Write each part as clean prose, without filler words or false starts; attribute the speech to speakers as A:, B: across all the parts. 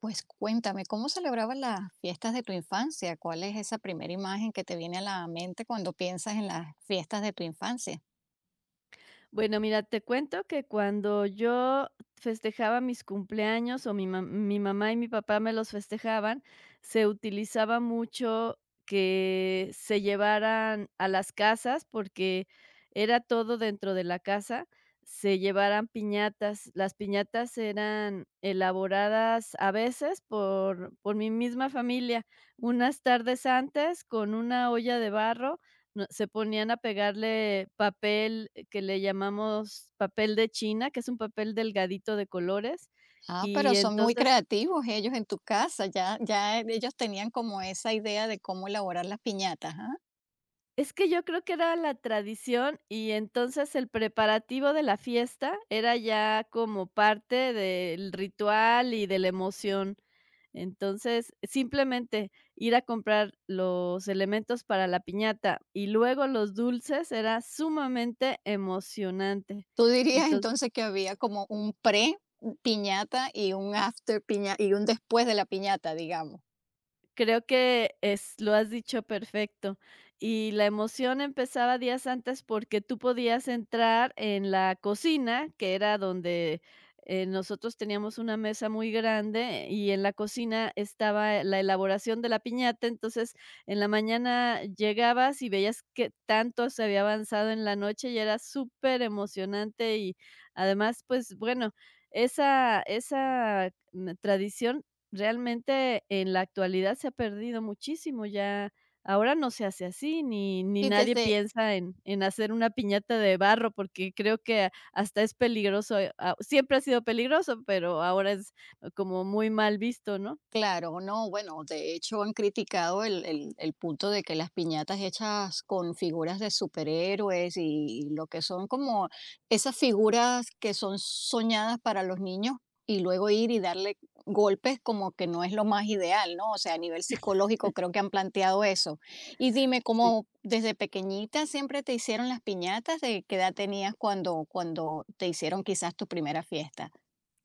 A: Pues cuéntame, ¿cómo celebrabas las fiestas de tu infancia? ¿Cuál es esa primera imagen que te viene a la mente cuando piensas en las fiestas de tu infancia?
B: Bueno, mira, te cuento que cuando yo festejaba mis cumpleaños o mi mamá y mi papá me los festejaban, se utilizaba mucho que se llevaran a las casas porque era todo dentro de la casa, se llevaran piñatas. Las piñatas eran elaboradas a veces por mi misma familia, unas tardes antes con una olla de barro no, se ponían a pegarle papel que le llamamos papel de China, que es un papel delgadito de colores,
A: Ah, pero
B: y
A: son muy
B: entonces
A: creativos ellos en tu casa, ya, ya ellos tenían como esa idea de cómo elaborar las piñatas, ¿ah?
B: es que yo creo que era la tradición, y entonces el preparativo de la fiesta era ya como parte del ritual y de la emoción. Entonces, simplemente ir a comprar los elementos para la piñata y luego los dulces era sumamente emocionante.
A: ¿Tú dirías entonces que había como un pre piñata y un after piñata y un después de la piñata, digamos?
B: Creo que es lo has dicho perfecto. Y la emoción empezaba días antes porque tú podías entrar en la cocina, que era donde, nosotros teníamos una mesa muy grande y en la cocina estaba la elaboración de la piñata. Entonces, en la mañana llegabas y veías que tanto se había avanzado en la noche y era súper emocionante y además, pues, bueno, esa tradición realmente, en la actualidad se ha perdido muchísimo, ya ahora no se hace así, ni
A: Y
B: nadie
A: desde...
B: piensa en hacer una piñata de barro, porque creo que hasta es peligroso, siempre ha sido peligroso, pero ahora es como muy mal visto, ¿no?
A: Claro, no, bueno, de hecho han criticado el punto de que las piñatas hechas con figuras de superhéroes y lo que son como esas figuras que son soñadas para los niños y luego ir y darle golpes como que no es lo más ideal, ¿no? O sea, a nivel psicológico creo que han planteado eso. Y dime,
B: Sí.
A: ¿cómo desde pequeñita siempre te hicieron las piñatas? ¿De qué edad tenías cuando, cuando te hicieron quizás tu primera fiesta?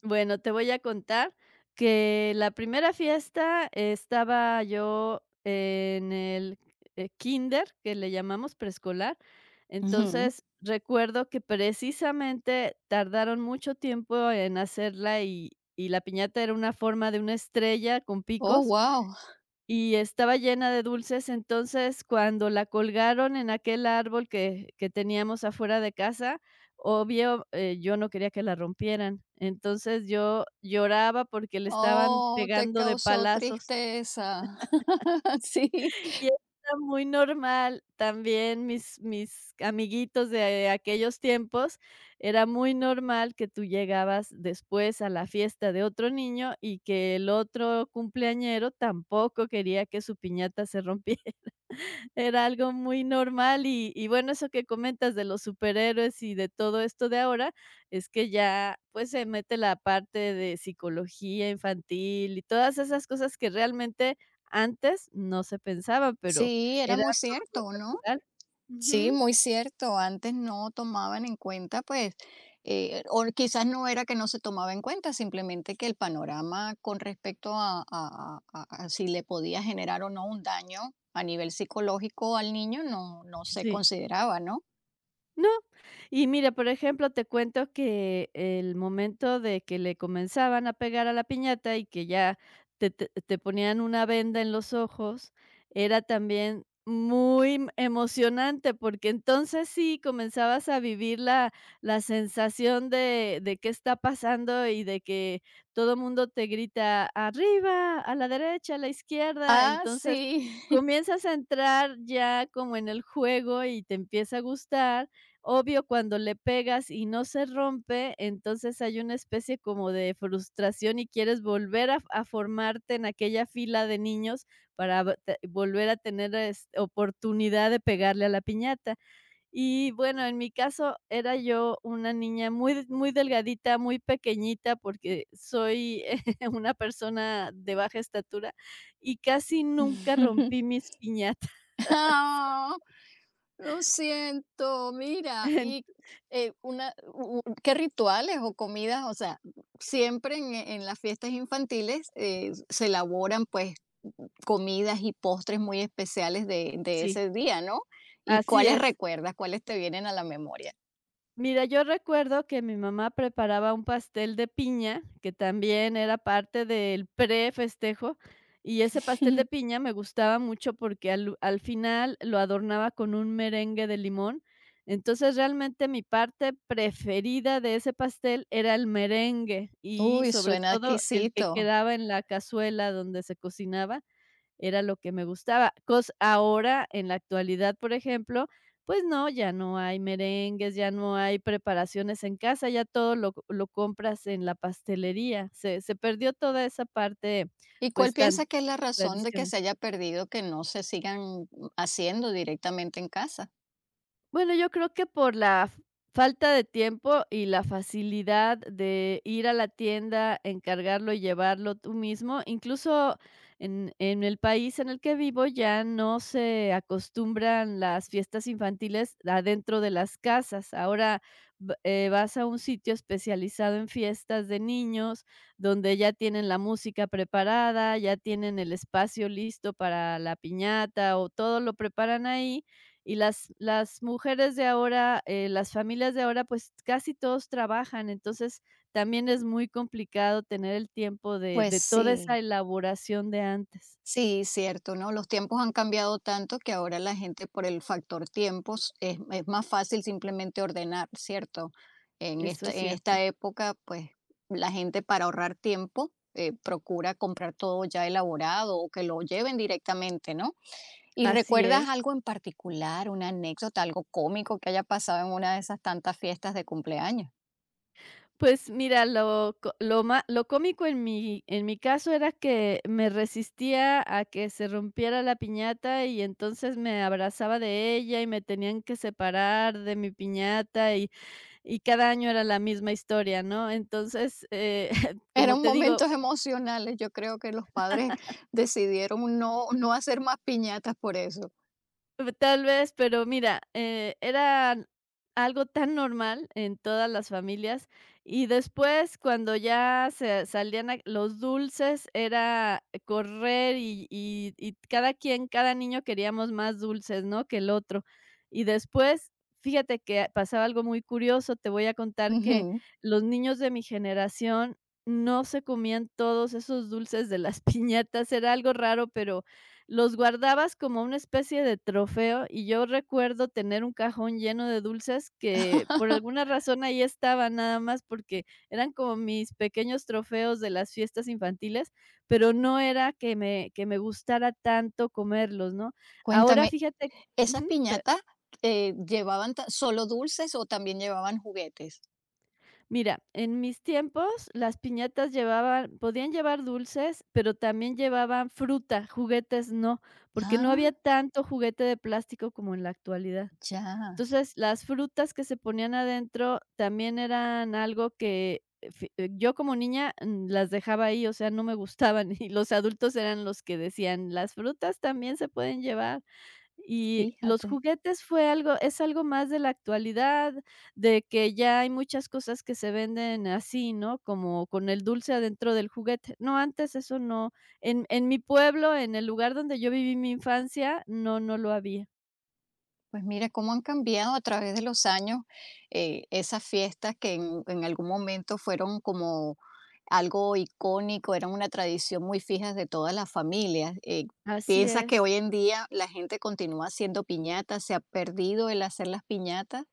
B: Bueno, te voy a contar que la primera fiesta estaba yo en el kinder, que le llamamos preescolar.
A: Ujú.
B: Entonces, recuerdo que precisamente tardaron mucho tiempo en hacerla y la piñata era una forma de una estrella con
A: Oh,
B: picos.
A: wow.
B: Y estaba llena de dulces. Entonces, cuando la colgaron en aquel árbol que teníamos afuera de casa, obvio, yo no quería que la rompieran. Entonces, yo lloraba porque le estaban
A: Oh, te
B: pegando de
A: causó
B: palazos.
A: tristeza. Sí,
B: Y era muy normal, también mis amiguitos de aquellos tiempos, era muy normal que tú llegabas después a la fiesta de otro niño y que el otro cumpleañero tampoco quería que su piñata se rompiera. Era algo muy normal y bueno, eso que comentas de los superhéroes y de todo esto de ahora, es que ya, pues, se mete la parte de psicología infantil y todas esas cosas que realmente antes no se pensaba, pero
A: sí, era
B: era
A: muy
B: todo muy
A: cierto, ¿no?
B: natural.
A: Sí,
B: Ujú,
A: muy cierto. Antes no tomaban en cuenta, pues, o quizás no era que no se tomaba en cuenta, simplemente que el panorama con respecto a, a si le podía generar o no un daño a nivel psicológico al niño no, no se
B: sí.
A: consideraba, ¿no?
B: No. Y mira, por ejemplo, te cuento que el momento de que le comenzaban a pegar a la piñata y que ya te ponían una venda en los ojos, era también muy emocionante, porque entonces sí comenzabas a vivir la sensación de qué está pasando y de que todo mundo te grita: "Arriba, a la derecha, a la izquierda".
A: Ah,
B: Entonces,
A: sí.
B: comienzas a entrar ya como en el juego y te empieza a gustar. Obvio, cuando le pegas y no se rompe, entonces hay una especie como de frustración y quieres volver a formarte en aquella fila de niños para vo te volver a tener, este, oportunidad de pegarle a la piñata. Y bueno, en mi caso, era yo una niña muy muy delgadita, muy pequeñita, porque soy una persona de baja estatura y casi nunca rompí mis piñatas.
A: Ah. Lo siento, mira,
B: En
A: y, una u u ¿qué rituales o comidas? O sea, siempre en las fiestas infantiles, se elaboran, pues, comidas y postres muy especiales de
B: Sí,
A: ese día, ¿no? ¿Y
B: así
A: cuáles
B: es.
A: recuerdas? ¿Cuáles te vienen a la memoria?
B: Mira, yo recuerdo que mi mamá preparaba un pastel de piña, que también era parte del prefestejo, y ese pastel de piña me gustaba mucho porque al final lo adornaba con un merengue de limón. Entonces, realmente mi parte preferida de ese pastel era el merengue y,
A: Uy,
B: sobre
A: suena
B: todo, el que
A: exquisito.
B: quedaba en la cazuela donde se cocinaba era lo que me gustaba. Cos Ahora, en la actualidad, por ejemplo, pues no, ya no hay merengues, ya no hay preparaciones en casa, ya todo lo compras en la pastelería. Se perdió toda esa parte,
A: ¿Y cuál
B: pues, tan
A: piensas que es la razón de que
B: tradicional.
A: se haya perdido, que no se sigan haciendo directamente en casa?
B: Bueno, yo creo que por la f falta de tiempo y la facilidad de ir a la tienda, encargarlo y llevarlo tú mismo. Incluso en el país en el que vivo ya no se acostumbran las fiestas infantiles adentro de las casas. Ahora va vas a un sitio especializado en fiestas de niños, donde ya tienen la música preparada, ya tienen el espacio listo para la piñata o todo lo preparan ahí, y las mujeres de ahora, las familias de ahora, pues, casi todos trabajan. Entonces, también es muy complicado tener el tiempo de
A: Pues
B: de toda esa
A: sí.
B: elaboración de antes.
A: Sí, cierto, ¿no? Los tiempos han cambiado tanto que ahora la gente por el factor tiempos es más fácil simplemente ordenar, ¿cierto?
B: Eso es
A: En esta
B: cierto.
A: época, pues la gente para ahorrar tiempo procura comprar todo ya elaborado o que lo lleven directamente, ¿no? ¿Y
B: Así
A: recuerdas
B: es.
A: algo en particular, una anécdota, algo cómico que haya pasado en una de esas tantas fiestas de cumpleaños?
B: Pues mira, lo co lo ma lo cómico en mi caso era que me resistía a que se rompiera la piñata y entonces me abrazaba de ella y me tenían que separar de mi piñata y cada año era la misma historia, ¿no? Entonces, como
A: Eran
B: te digo,
A: momentos emocionales, yo creo que los padres decidieron no, no hacer más piñatas por eso.
B: P tal vez, pero mira, era algo tan normal en todas las familias, y después, cuando ya se salían a los dulces, era correr y cada quien, cada niño queríamos más dulces, ¿no?, que el otro. Y después, fíjate que pasaba algo muy curioso, te voy a contar que
A: Ujú.
B: los niños de mi generación no se comían todos esos dulces de las piñatas, era algo raro, pero los guardabas como una especie de trofeo, y yo recuerdo tener un cajón lleno de dulces que, por alguna razón, ahí estaban, nada más porque eran como mis pequeños trofeos de las fiestas infantiles, pero no era que me gustara tanto comerlos, ¿no? Ahora
A: Cuéntame,
B: fíjate,
A: ¿esas
B: ujú, pe
A: piñatas, llevaban ta solo dulces o también llevaban juguetes?
B: mira, en mis tiempos, las piñatas llevaban podían llevar dulces, pero también llevaban fruta, juguetes no, porque no había
A: Ah,
B: tanto juguete de plástico como en la actualidad.
A: ya,
B: Entonces, las frutas que se ponían adentro también eran algo que fi yo como niña, las dejaba ahí, o sea, no me gustaban, y los adultos eran los que decían: "Las frutas también se pueden llevar". Y los
A: fíjate.
B: juguetes fue algo es algo más de la actualidad, de que ya hay muchas cosas que se venden así, ¿no? Como con el dulce adentro del juguete. No, antes eso no. En mi pueblo, en el lugar donde yo viví mi infancia, no, no lo había.
A: Pues mira cómo han cambiado a través de los años, esas fiestas que en algún momento fueron como algo icónico, eran una tradición muy fija de todas las familias.
B: Así
A: ¿Piensas que
B: es.
A: hoy en día la gente continúa haciendo piñatas? ¿Se ha perdido el hacer las piñatas?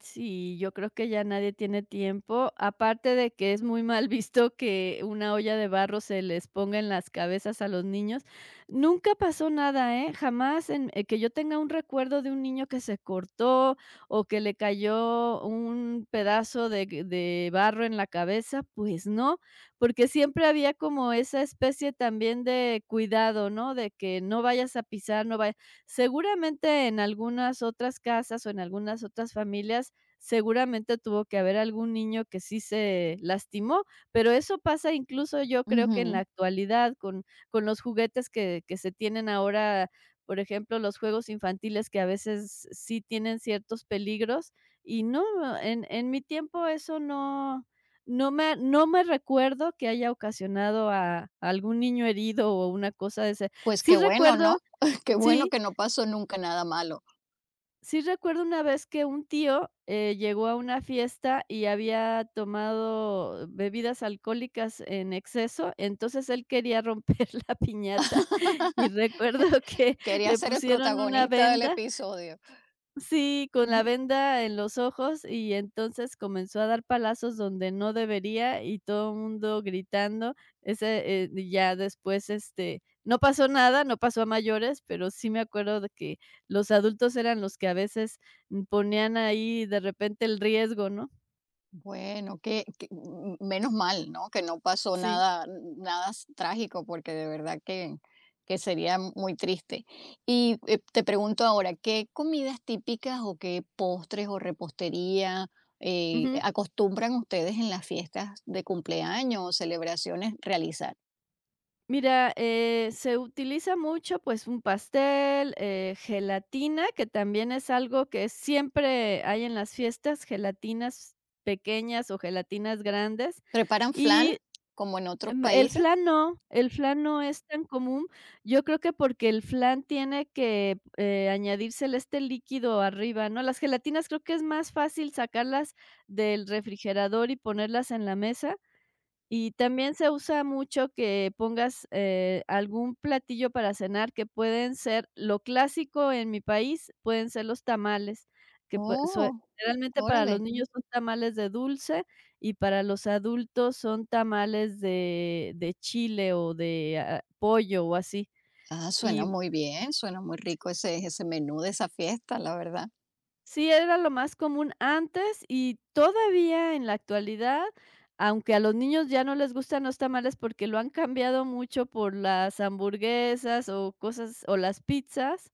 B: Sí, yo creo que ya nadie tiene tiempo, aparte de que es muy mal visto que una olla de barro se les ponga en las cabezas a los niños. Nunca pasó nada, ¿eh? Jamás en que yo tenga un recuerdo de un niño que se cortó o que le cayó un pedazo de barro en la cabeza, pues no, porque siempre había como esa especie también de cuidado, ¿no? De que no vayas a pisar, no vayas. Seguramente en algunas otras casas o en algunas otras familias, seguramente tuvo que haber algún niño que sí se lastimó, pero eso pasa incluso yo creo que en la
A: Ujú.
B: actualidad con los juguetes que se tienen ahora, por ejemplo, los juegos infantiles que a veces sí tienen ciertos peligros y no, en mi tiempo eso no me recuerdo que haya ocasionado a algún niño herido o una cosa de ese.
A: Pues qué
B: Sí
A: bueno, ¿no?
B: recuerdo
A: Qué bueno
B: sí.
A: que no pasó nunca nada malo.
B: Sí recuerdo una vez que un tío, llegó a una fiesta y había tomado bebidas alcohólicas en exceso, entonces él quería romper la piñata y recuerdo que
A: Quería
B: le
A: ser el
B: pusieron una
A: protagonista del
B: venda.
A: episodio.
B: Sí, con la venda en los ojos, y entonces comenzó a dar palazos donde no debería, y todo el mundo gritando. Ese, ya después, este, no pasó nada, no pasó a mayores, pero sí me acuerdo de que los adultos eran los que a veces, ponían ahí de repente el riesgo, ¿no?
A: Bueno, que, menos mal, ¿no? Que no pasó
B: Sí.
A: nada, nada trágico, porque de verdad que sería muy triste. Y te pregunto ahora, ¿qué comidas típicas o qué postres o repostería
B: Ujú.
A: acostumbran ustedes en las fiestas de cumpleaños o celebraciones realizar?
B: Mira, se utiliza mucho, pues, un pastel, gelatina, que también es algo que siempre hay en las fiestas, gelatinas pequeñas o gelatinas grandes.
A: ¿Preparan flan
B: Y,
A: como en otros países?
B: el flan no es tan común. Yo creo que porque el flan tiene que, añadírsele este líquido arriba, ¿no? Las gelatinas creo que es más fácil sacarlas del refrigerador y ponerlas en la mesa, y también se usa mucho que pongas, algún platillo para cenar que pueden ser lo clásico en mi país, pueden ser los tamales, que pue sue
A: Oh,
B: generalmente para los
A: órale.
B: niños son tamales de dulce y para los adultos son tamales de chile o de, pollo o así.
A: Ah, suena
B: Y
A: muy bien, suena muy rico ese, ese menú de esa fiesta, la verdad.
B: Sí, era lo más común antes y todavía en la actualidad, aunque a los niños ya no les gustan los tamales porque lo han cambiado mucho por las hamburguesas o cosas o las pizzas,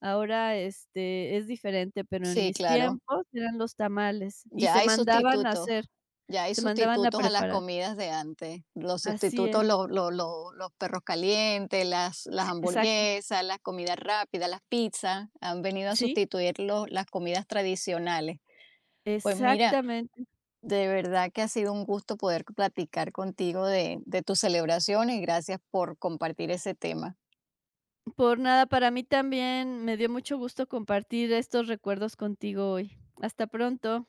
B: ahora, este, es diferente, pero en
A: Sí,
B: mis
A: claro.
B: tiempos eran los tamales y
A: Ya
B: se
A: hay
B: mandaban a
A: sustitutos,
B: hacer,
A: ya hay
B: se mandaban a
A: sustitutos a las
B: preparar.
A: comidas de antes. Los
B: Así
A: sustitutos,
B: es,
A: los perros calientes, las
B: sí, exacto.
A: hamburguesas, las comidas rápidas, las pizzas, han venido a
B: Sí,
A: sustituir las comidas tradicionales. Pues mira,
B: exactamente.
A: de verdad que ha sido un gusto poder platicar contigo de tus celebraciones y gracias por compartir ese tema.
B: Por nada, para mí también me dio mucho gusto compartir estos recuerdos contigo hoy. Hasta pronto.